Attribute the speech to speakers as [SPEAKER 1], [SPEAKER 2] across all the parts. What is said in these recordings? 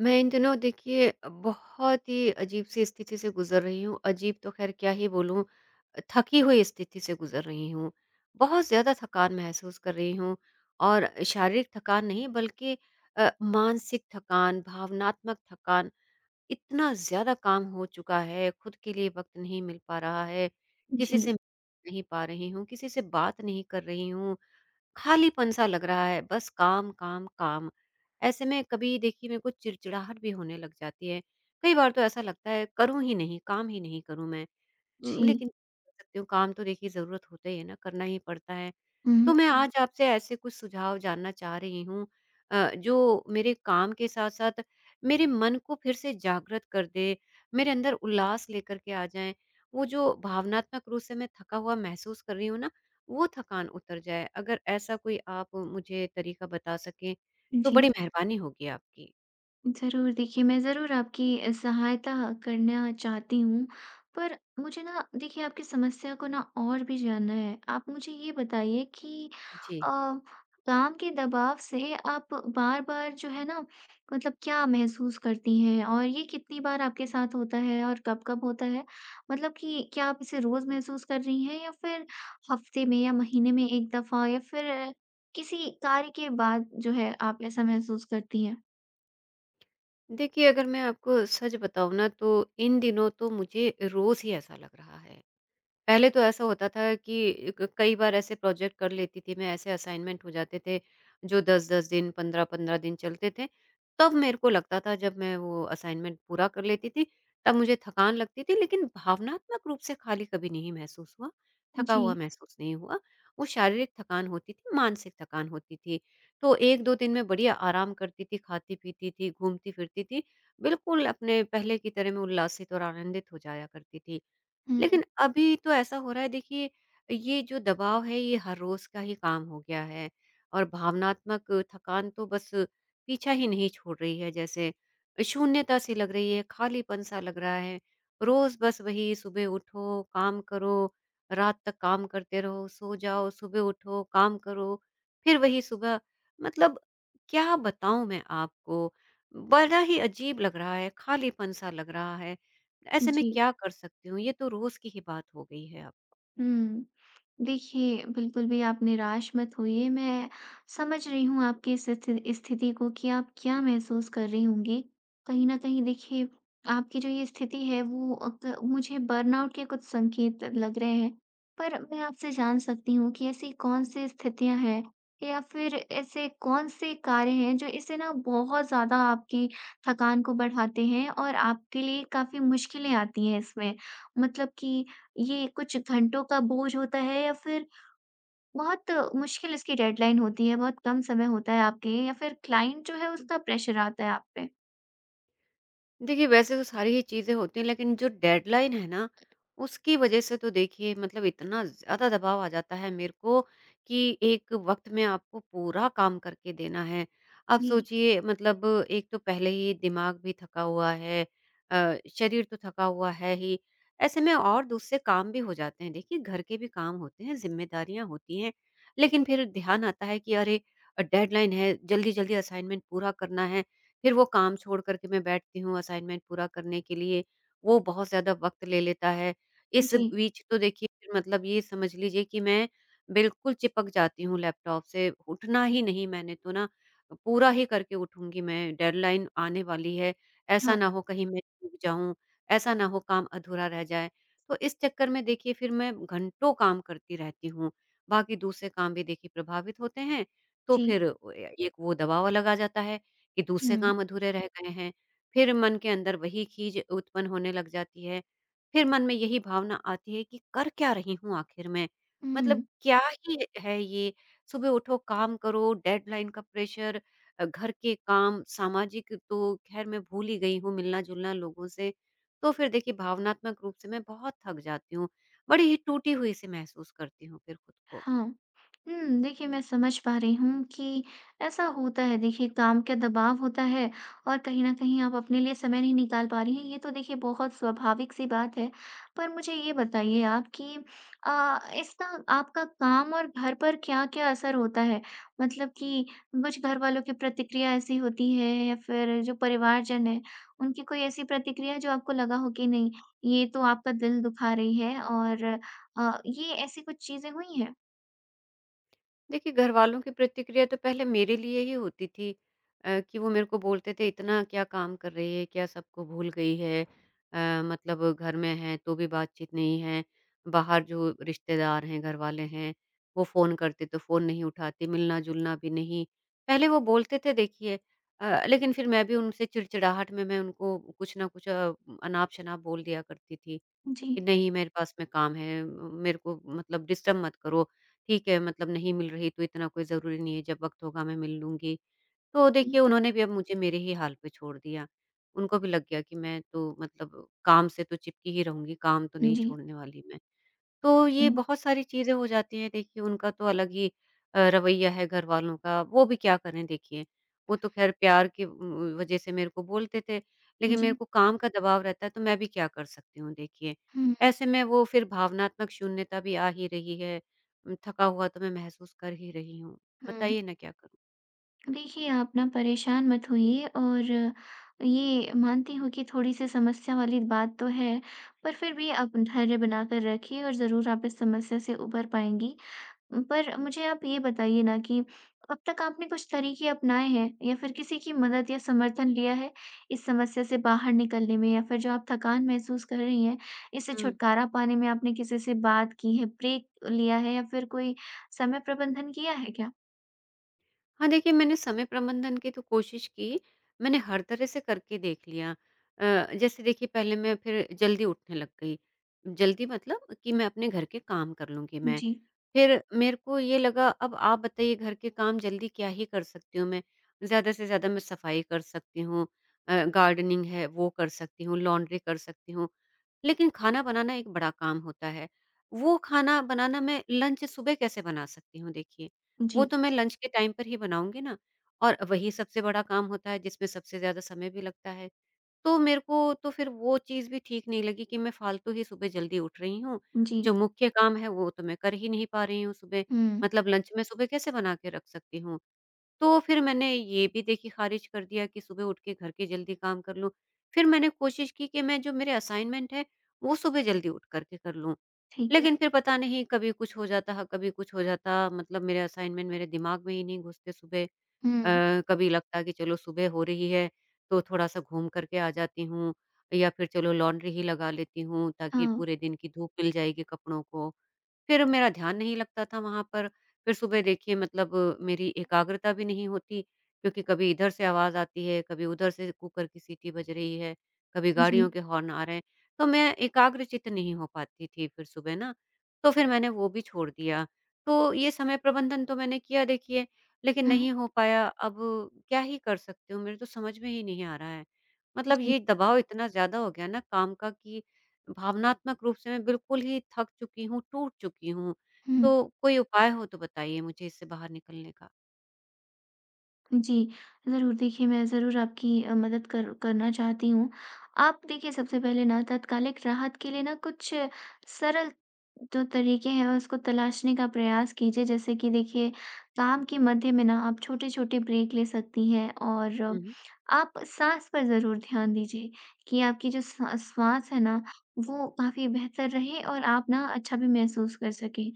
[SPEAKER 1] मैं इन दिनों देखिए बहुत ही अजीब-सी स्थिति से गुज़र रही हूँ। अजीब तो ख़ैर क्या ही बोलूँ, थकी हुई स्थिति से गुज़र रही हूँ। बहुत ज़्यादा थकान महसूस कर रही हूँ और शारीरिक थकान नहीं बल्कि मानसिक थकान, भावनात्मक थकान। इतना ज़्यादा काम हो चुका है, खुद के लिए वक़्त नहीं मिल पा रहा है, किसी से
[SPEAKER 2] जी,
[SPEAKER 1] मिल नहीं पा रही हूँ, किसी से बात नहीं कर रही हूँ। खालीपन-सा लग रहा है, बस काम, काम, काम। ऐसे में कभी देखिए मेरे को चिड़चिड़ाहट भी होने लग जाती है। कई बार तो ऐसा लगता है करूँ ही नहीं, काम ही नहीं करूँ मैं।
[SPEAKER 2] जी।
[SPEAKER 1] लेकिन कर सकती हूँ, काम तो देखिए ज़रूरत होता ही है ना, करना ही पड़ता है। तो
[SPEAKER 2] हुँ,
[SPEAKER 1] मैं हुँ। आज आपसे ऐसे कुछ सुझाव जानना चाह रही हूँ, जो मेरे काम के साथ-साथ मेरे मन को फिर से जागृत कर दे, मेरे अंदर उल्लास लेकर के आ जाएँ। वो जो भावनात्मक रूप से मैं थका हुआ महसूस कर रही हूँ ना, वो थकान उतर जाए। अगर ऐसा कोई आप मुझे तरीका बता सकें, तो
[SPEAKER 2] जी।
[SPEAKER 1] बड़ी मेहरबानी होगी आपकी।
[SPEAKER 2] ज़रूर देखिए, मैं ज़रूर आपकी सहायता करना चाहती हूँ। पर मुझे ना देखिए आपकी समस्या को ना और भी जानना है। आप मुझे ये बताइए कि अ,
[SPEAKER 1] जी।
[SPEAKER 2] काम के दबाव से आप बार-बार जो है ना मतलब क्या महसूस करती हैं? और ये कितनी बार आपके साथ होता है और कब-कब होता है? मतलब कि क्या आप इसे रोज़ महसूस कर रही हैं या फिर हफ्ते में या महीने में 1 दफ़ा या फिर किसी कार्य के बाद जो है आप ऐसा महसूस करती हैं?
[SPEAKER 1] देखिए, अगर मैं आपको सच बताऊँ ना, तो इन दिनों तो मुझे रोज़ ही ऐसा लग रहा है। पहले तो ऐसा होता था कि क कई बार ऐसे प्रोजेक्ट कर लेती थी मैं, ऐसे असाइनमेंट हो जाते थे, जो 10-10 दिन, 15-15 दिन चलते थे। तब मेरे को लगता था जब मैं वो असाइनमेंट पूरा कर लेती थी, तब मुझे थकान लगती थी, लेकिन भावनात्मक रूप से खाली कभी नहीं महसूस हुआ, थका
[SPEAKER 2] जी।
[SPEAKER 1] हुआ महसूस नहीं हुआ। वो शारीरिक थकान होती थी, मानसिक थकान होती थी। तो 1-2 दिन मैं बढ़िया आराम करती थी, खाती-पीती थी, घूमती-फिरती थी, बिल्कुल अपने पहले की तरह मैं उल्लासित और आनंदित हो जाया करती थी।
[SPEAKER 2] हुँ।
[SPEAKER 1] लेकिन अभी तो ऐसा हो रहा है देखिए, ये जो दबाव है ये हर रोज का ही काम हो गया है और भावनात्मक थकान तो बस पीछा ही नहीं छोड़ रही है। जैसे शून्यता सी लग रही है, खालीपन सा लग रहा है। रोज बस वही सुबह उठो काम करो, रात तक काम करते रहो, सो जाओ, सुबह उठो काम करो, फिर वही सुबह, मतलब क्या बताऊं मैं आपको। बड़ा ही अजीब लग रहा है, खालीपन सा लग रहा है। ऐसे में
[SPEAKER 2] जी।
[SPEAKER 1] क्या कर सकती हूँ? ये तो रोज़ की ही बात हो गई है अब।
[SPEAKER 2] हुँ। देखिए, बिल्कुल भी आप निराश मत होइए, मैं समझ रही हूँ आपकी इस स्थिति स्थिति को कि आप क्या महसूस कर रही होंगी। कहीं न कहीं देखिए, आपकी जो ये स्थिति है वो अ, क मुझे बर्नआउट के कुछ संकेत लग रहे हैं। पर मैं आपसे जान सकती हूँ कि ऐसी कौन-सी स्थितियाँ हैं या फिर ऐसे कौन-से कार्य हैं जो इसे ना बहुत ज़्यादा आपकी थकान को बढ़ाते हैं और आपके लिए काफ़ी मुश्किलें आती हैं इसमें? मतलब कि ये कुछ घंटों का बोझ होता है या फिर बहुत मुश्किल इसकी डेडलाइन होती है, बहुत कम समय होता है आपके या फिर क्लाइंट जो है उसका प्रेशर आता है आप पे?
[SPEAKER 1] देखिए, वैसे तो सारी ही चीज़ें होती हैं, लेकिन जो डेडलाइन है ना, उसकी वज़ह से तो देखिए मतलब इतना ज़्यादा दबाव आ जाता है मेरे को कि एक वक़्त में आपको पूरा काम करके देना है। आप
[SPEAKER 2] जी,
[SPEAKER 1] सोचिए मतलब, एक तो पहले ही दिमाग भी थका हुआ है, शरीर तो थका हुआ है ही, ऐसे में और दूसरे काम भी हो जाते हैं। देखिए, घर के भी काम होते हैं, ज़िम्मेदारियाँ होती हैं, लेकिन फिर ध्यान आता है कि अरे, डेडलाइन है, जल्दी-जल्दी असाइनमेंट पूरा करना है। फिर वो काम छोड़ कर के मैं बैठती हूँ असाइनमेंट पूरा करने के लिए, वो बहुत ज़्यादा वक़्त ले लेता है। इस
[SPEAKER 2] जी।
[SPEAKER 1] बीच तो देखिए फिर मतलब ये समझ लीजिए कि मैं बिल्कुल चिपक जाती हूँ लैपटॉप से, उठना ही नहीं मैंने तो ना, पूरा ही करके उठूँगी मैं, डेडलाइन आने वाली है, ऐसा
[SPEAKER 2] हाँ,
[SPEAKER 1] ना हो कहीं मैं चूक जाऊँ, ऐसा ना हो काम अधूरा रह जाए। तो इस चक्कर में देखिए फिर मैं घंटों काम करती रहती हूँ, बाकी दूसरे काम भी देखिए प्रभावित होते हैं, तो
[SPEAKER 2] जी।
[SPEAKER 1] फिर वो ए एक वो दबाव अलग आ जाता है कि
[SPEAKER 2] हुँ।
[SPEAKER 1] दूसरे काम अधूरे रह गए हैं, फिर मन के अंदर वही खीज उत्पन्न होने लग जाती है। फिर मन में यही भावना आती है कि कर क्या रही हूँ आखिर मैं? मतलब
[SPEAKER 2] हुँ।
[SPEAKER 1] क्या ही है ये? सुबह उठो, काम करो, डेडलाइन का प्रेशर, घर के काम, सामाजिक तो ख़ैर मैं भूल ही गई हूँ मिलना-जुलना लोगों से। तो फिर देखिए भावनात्मक रूप से मैं बहुत थक जाती हूँ, बड़ी ही टूटी हुई सी महसूस करती हूँ फिर खुद को।
[SPEAKER 2] हाँ। हुँ, देखिए मैं समझ पा रही हूँ कि ऐसा होता है देखिए, काम का दबाव होता है और कहीं न कहीं आप अपने लिए समय नहीं निकाल पा रही हैं, ये तो देखिए बहुत स्वाभाविक-सी बात है। पर मुझे ये बताइए आप कि इसका आपका काम और घर पर क्या-क्या असर होता है? मतलब कि कुछ घरवालों की प्रतिक्रिया ऐसी होती है या फिर जो परिवारजन हैं, उनकी कोई ऐसी प्रतिक्रिया जो आपको लगा हो कि नहीं, ये तो आपका दिल दुखा रही है और ये ऐसी कुछ चीज़ें हुई हैं?
[SPEAKER 1] देखिए, घर वालों की प्रतिक्रिया तो पहले मेरे लिए ही होती थी, कि वो मेरे को बोलते थे, "इतना क्या काम कर रही है? क्या सबको भूल गई है? मतलब घर में है, तो भी बातचीत नहीं है। बाहर जो रिश्तेदार हैं, घर वाले हैं, वो फ़ोन करते तो फ़ोन नहीं उठाते, मिलना-जुलना भी नहीं।" पहले वो बोलते थे देखिए, लेकिन फिर मैं भी उनसे चिड़चिड़ाहट में मैं उनको कुछ ना कुछ अनाप-शनाप बोल दिया करती थी कि,
[SPEAKER 2] जी।
[SPEAKER 1] "नहीं, मेरे पास में काम है, मेरे को मतलब डिस्टर्ब मत करो। ठीक है, मतलब नहीं मिल रही तो इतना कोई ज़रूरी नहीं है, जब वक़्त होगा मैं मिल लूँगी।" तो
[SPEAKER 2] हुँ।
[SPEAKER 1] देखिए उन्होंने भी अब मुझे मेरे ही हाल पे छोड़ दिया। उनको भी लग गया कि मैं तो मतलब काम से तो चिपकी ही रहूँगी, काम तो नहीं
[SPEAKER 2] जी।
[SPEAKER 1] छोड़ने वाली मैं। तो ये
[SPEAKER 2] हुँ।
[SPEAKER 1] बहुत सारी चीज़ें हो जाती हैं देखिए, उनका तो अलग ही रवैया है घर वालों का, वो भी क्या करें देखिए। वो तो ख़ैर प्यार की वज़ह से मेरे को बोलते थे, लेकिन मेरे
[SPEAKER 2] जी।
[SPEAKER 1] को काम का दबाव रहता है तो मैं भी क्या कर सकती हूँ देखिए।
[SPEAKER 2] हुँ,
[SPEAKER 1] ऐसे में वो फिर भावनात्मक शून्यता भी आ ही रही है, थका हुआ तो मैं महसूस कर ही रही हूँ।
[SPEAKER 2] हुँ।
[SPEAKER 1] बताइए ना क्या करूँ?
[SPEAKER 2] देखिए, आप ना परेशान मत होइए और ये मानती हूँ कि थोड़ी-सी समस्या वाली बात तो है, पर फिर भी आप धैर्य बनाकर रखिए और ज़रूर आप इस समस्या से उभर पाएँगी। पर मुझे आप ये बताइए ना कि अब तक आपने कुछ तरीके अपनाए हैं या फिर किसी की मदद या समर्थन लिया है, इस समस्या से बाहर निकलने में या फिर जो आप थकान महसूस कर रही हैं, इससे छुटकारा पाने में आपने किसी से बात की है, ब्रेक लिया है या फिर कोई समय प्रबंधन किया है क्या?
[SPEAKER 1] हाँ, देखिए मैंने समय प्रबंधन की तो कोशिश की, मैंने हर तरह से करके देख लिया। जैसे देखिए पहले मैं फिर जल्दी उठने लग गई, जल्दी मतलब कि मैं अपने घर के काम कर लूँगी मैं।
[SPEAKER 2] जी,
[SPEAKER 1] फिर मेरे को ये लगा, अब आप बताइए घर के काम जल्दी क्या ही कर सकती हूँ मैं? ज़्यादा से ज़्यादा मैं सफाई कर सकती हूँ, गार्डनिंग है वो कर सकती हूँ, लॉन्ड्री कर सकती हूँ। लेकिन खाना बनाना एक बड़ा काम होता है। वो खाना बनाना मैं लंच सुबह कैसे बना सकती हूँ देखिए? वो
[SPEAKER 2] जी,
[SPEAKER 1] तो मैं लंच के टाइम पर ही बनाऊँगी ना, और वही सबसे बड़ा काम होता है जिसमें सबसे ज़्यादा समय भी लगता है। तो मेरे को तो फिर वो चीज़ भी ठीक नहीं लगी कि मैं फ़ालतू ही सुबह जल्दी उठ रही हूँ।
[SPEAKER 2] जी।
[SPEAKER 1] जो मुख्य काम है वो तो मैं कर ही नहीं पा रही हूँ सुबह।
[SPEAKER 2] हुँ,
[SPEAKER 1] मतलब लंच मैं सुबह कैसे बना के रख सकती हूँ? तो फिर मैंने ये भी देखिए ख़ारिज कर दिया कि सुबह उठ के घर के जल्दी काम कर लूँ। फिर मैंने कोशिश की कि मैं जो मेरे असाइनमेंट है, वो सुबह जल्दी उठ कर के कर लूँ।
[SPEAKER 2] ठीक है।
[SPEAKER 1] लेकिन फिर पता नहीं कभी कुछ हो जाता, है, कभी कुछ हो जाता, मतलब मेरे असाइनमेंट मेरे दिमाग में ही नहीं घुसते सुबह।
[SPEAKER 2] हुँ,
[SPEAKER 1] कभी लगता कि चलो सुबह हो रही है, तो थोड़ा-सा घूम कर के आ जाती हूँ या फिर चलो लॉन्ड्री ही लगा लेती हूँ ताकि
[SPEAKER 2] हाँ,
[SPEAKER 1] पूरे दिन की धूप मिल जाएगी कपड़ों को। फिर मेरा ध्यान नहीं लगता था वहाँ पर। फिर सुबह देखिए मतलब मेरी एकाग्रता भी नहीं होती, क्योंकि कभी इधर से आवाज़ आती है, कभी उधर से कुकर की सीटी बज रही है, कभी
[SPEAKER 2] जी।
[SPEAKER 1] गाड़ियों के हॉर्न आ रहे हैं, तो मैं एकाग्रचित्त नहीं हो पाती थी फिर सुबह ना। तो फिर मैंने वो भी छोड़ दिया। तो ये समय प्रबंधन तो मैंने किया देखिए, लेकिन
[SPEAKER 2] हुँ,
[SPEAKER 1] नहीं हो पाया। अब क्या ही कर सकती हूँ, मेरे तो समझ में ही नहीं आ रहा है। मतलब
[SPEAKER 2] जी,
[SPEAKER 1] ये दबाव इतना ज़्यादा हो गया ना काम का कि भावनात्मक रूप से मैं बिल्कुल ही थक चुकी हूँ, टूट चुकी हूँ।
[SPEAKER 2] हुँ।
[SPEAKER 1] तो कोई उपाय हो तो बताइए मुझे इससे बाहर निकलने का?
[SPEAKER 2] जी, ज़रूर देखिए, मैं ज़रूर आपकी मदद कर करना चाहती हूँ। आप देखिए सबसे पहले ना तात्कालिक राहत के लिए ना कुछ सरल जो तरीके हैं उसको तलाशने का प्रयास कीजिए। जैसे कि देखिए काम के मध्य में ना आप छोटे-छोटे ब्रेक ले सकती हैं और
[SPEAKER 1] हुँ, हुँ।
[SPEAKER 2] आप साँस पर ज़रूर ध्यान दीजिए कि आपकी जो सा श्वास है ना वो काफ़ी बेहतर रहे और आप ना अच्छा भी महसूस कर सकें।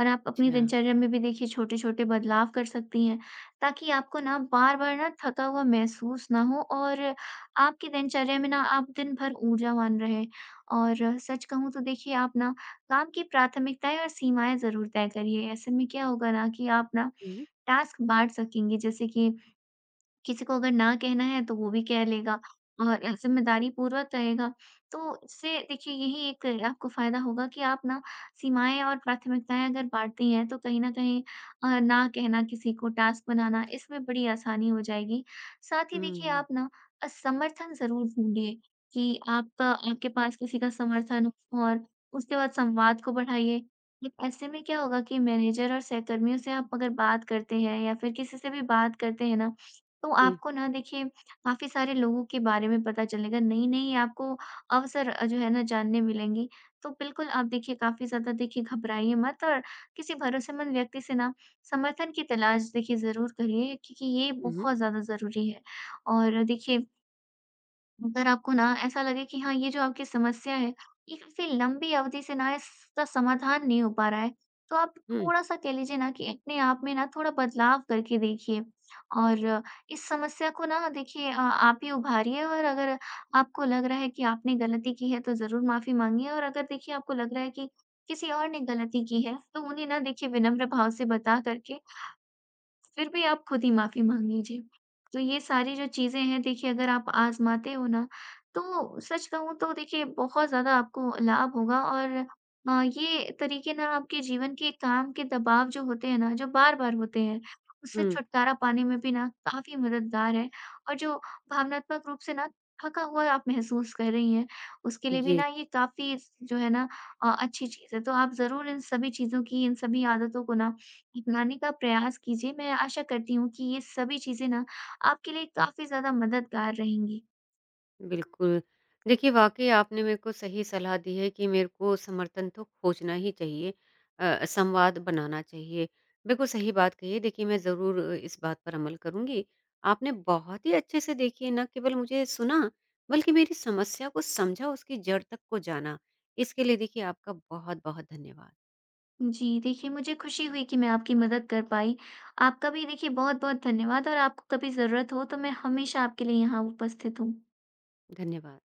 [SPEAKER 2] और आप अपनी
[SPEAKER 1] अच्छा।
[SPEAKER 2] दिनचर्या में भी देखिए छोटे-छोटे बदलाव कर सकती हैं, ताकि आपको ना बार-बार ना थका हुआ महसूस ना हो और आपकी दिनचर्या में ना आप दिन भर ऊर्जावान रहें। और सच कहूँ तो देखिए, आप ना काम की प्राथमिकताएँ और सीमाएँ ज़रूर तय करिए। ऐसे में क्या होगा ना कि आप ना
[SPEAKER 1] हुँ, हुँ।
[SPEAKER 2] टास्क बाँट सकेंगे, जैसे कि किसी को अगर ना कहना है तो वो भी कह लेगा और ज़िम्मेदारी पूर्वक रहेगा। तो इससे देखिए यही एक आपको फ़ायदा होगा कि आप ना सीमाएँ और प्राथमिकताएँ अगर बाँटती हैं तो कहीं न कहीं ना कहना किसी को, टास्क बनाना, इसमें बड़ी आसानी हो जाएगी। साथ ही देखिए
[SPEAKER 1] हुँ,
[SPEAKER 2] आप ना समर्थन ज़रूर ढूँढिए कि आपका आपके पास किसी का समर्थन हो और उसके बाद संवाद को बढ़ाइए। एक ऐसे में क्या होगा कि मैनेजर और सहकर्मियों से आप अगर बात करते हैं या फिर किसी से भी बात करते हैं ना, तो
[SPEAKER 1] जी।
[SPEAKER 2] आपको ना देखिए काफ़ी सारे लोगों के बारे में पता चलेगा, नई-नई आपको अवसर जो है ना जानने मिलेंगे। तो बिल्कुल आप देखिए काफ़ी ज़्यादा देखिए घबराइए मत और किसी भरोसेमंद व्यक्ति से ना समर्थन की तलाश देखिए ज़रूर करिए, क्योंकि ये
[SPEAKER 1] हुँ, हुँ,
[SPEAKER 2] बहुत ज़्यादा ज़रूरी है। और देखिए अगर आपको ना ऐसा लगे कि हाँ, ये जो आपकी समस्या है ये काफी लंबी अवधि से ना इसका समाधान नहीं हो पा रहा है, तो आप
[SPEAKER 1] हुँ,
[SPEAKER 2] थोड़ा सा कह लीजिए ना कि अपने आप में ना थोड़ा बदलाव करके देखिए और इस समस्या को ना देखिए आप ही उभारिए। और अगर आपको लग रहा है कि आपने गलती की है तो जरूर माफी मांगिए, और अगर देखिए आपको लग रहा है कि किसी और ने गलती की है तो उन्हें ना देखिए विनम्र भाव से बता करके फिर भी आप खुद ही माफ़ी माँग लीजिए। तो ये सारी जो चीज़ें हैं देखिए, अगर आप आज़माते हो ना, तो सच कहूँ तो देखिए बहुत ज़्यादा आपको लाभ होगा और ये तरीके ना आपके जीवन के काम के दबाव जो होते हैं ना, जो बार-बार होते हैं, उससे छुटकारा पाने में भी ना काफ़ी मददगार है। और जो भावनात्मक रूप से ना थका हुआ आप महसूस कर रही हैं, उसके
[SPEAKER 1] हुँ,
[SPEAKER 2] लिए भी
[SPEAKER 1] जी।
[SPEAKER 2] ना ये काफ़ी स जो है ना अच्छी चीज़ है। तो आप ज़रूर इन सभी चीज़ों की, इन सभी आदतों को ना अपनाने का प्रयास कीजिए। मैं आशा करती हूँ कि ये सभी चीज़ें ना आपके लिए काफ़ी ज़्यादा मददगार रहेंगी।
[SPEAKER 1] बिल्कुल। देखिए, वाक़ई आपने मेरे को सही सलाह दी है कि मेरे को समर्थन तो खोजना ही चाहिए, संवाद बनाना चाहिए। बिल्कुल सही बात कही है। देखिए, मैं ज़रूर इस बात पर अमल करूँगी। आपने बहुत ही अच्छे से देखिए ना केवल मुझे सुना, बल्कि मेरी समस्या को समझा, उसकी जड़ तक को जाना। इसके लिए देखिए आपका बहुत-बहुत धन्यवाद।
[SPEAKER 2] जी, देखिए मुझे खुशी हुई कि मैं आपकी मदद कर पाई। आपका भी देखिए बहुत-बहुत धन्यवाद, और आपको कभी ज़रूरत हो तो मैं हमेशा आपके लिए यहाँ उपस्थित हूँ।
[SPEAKER 1] धन्यवाद।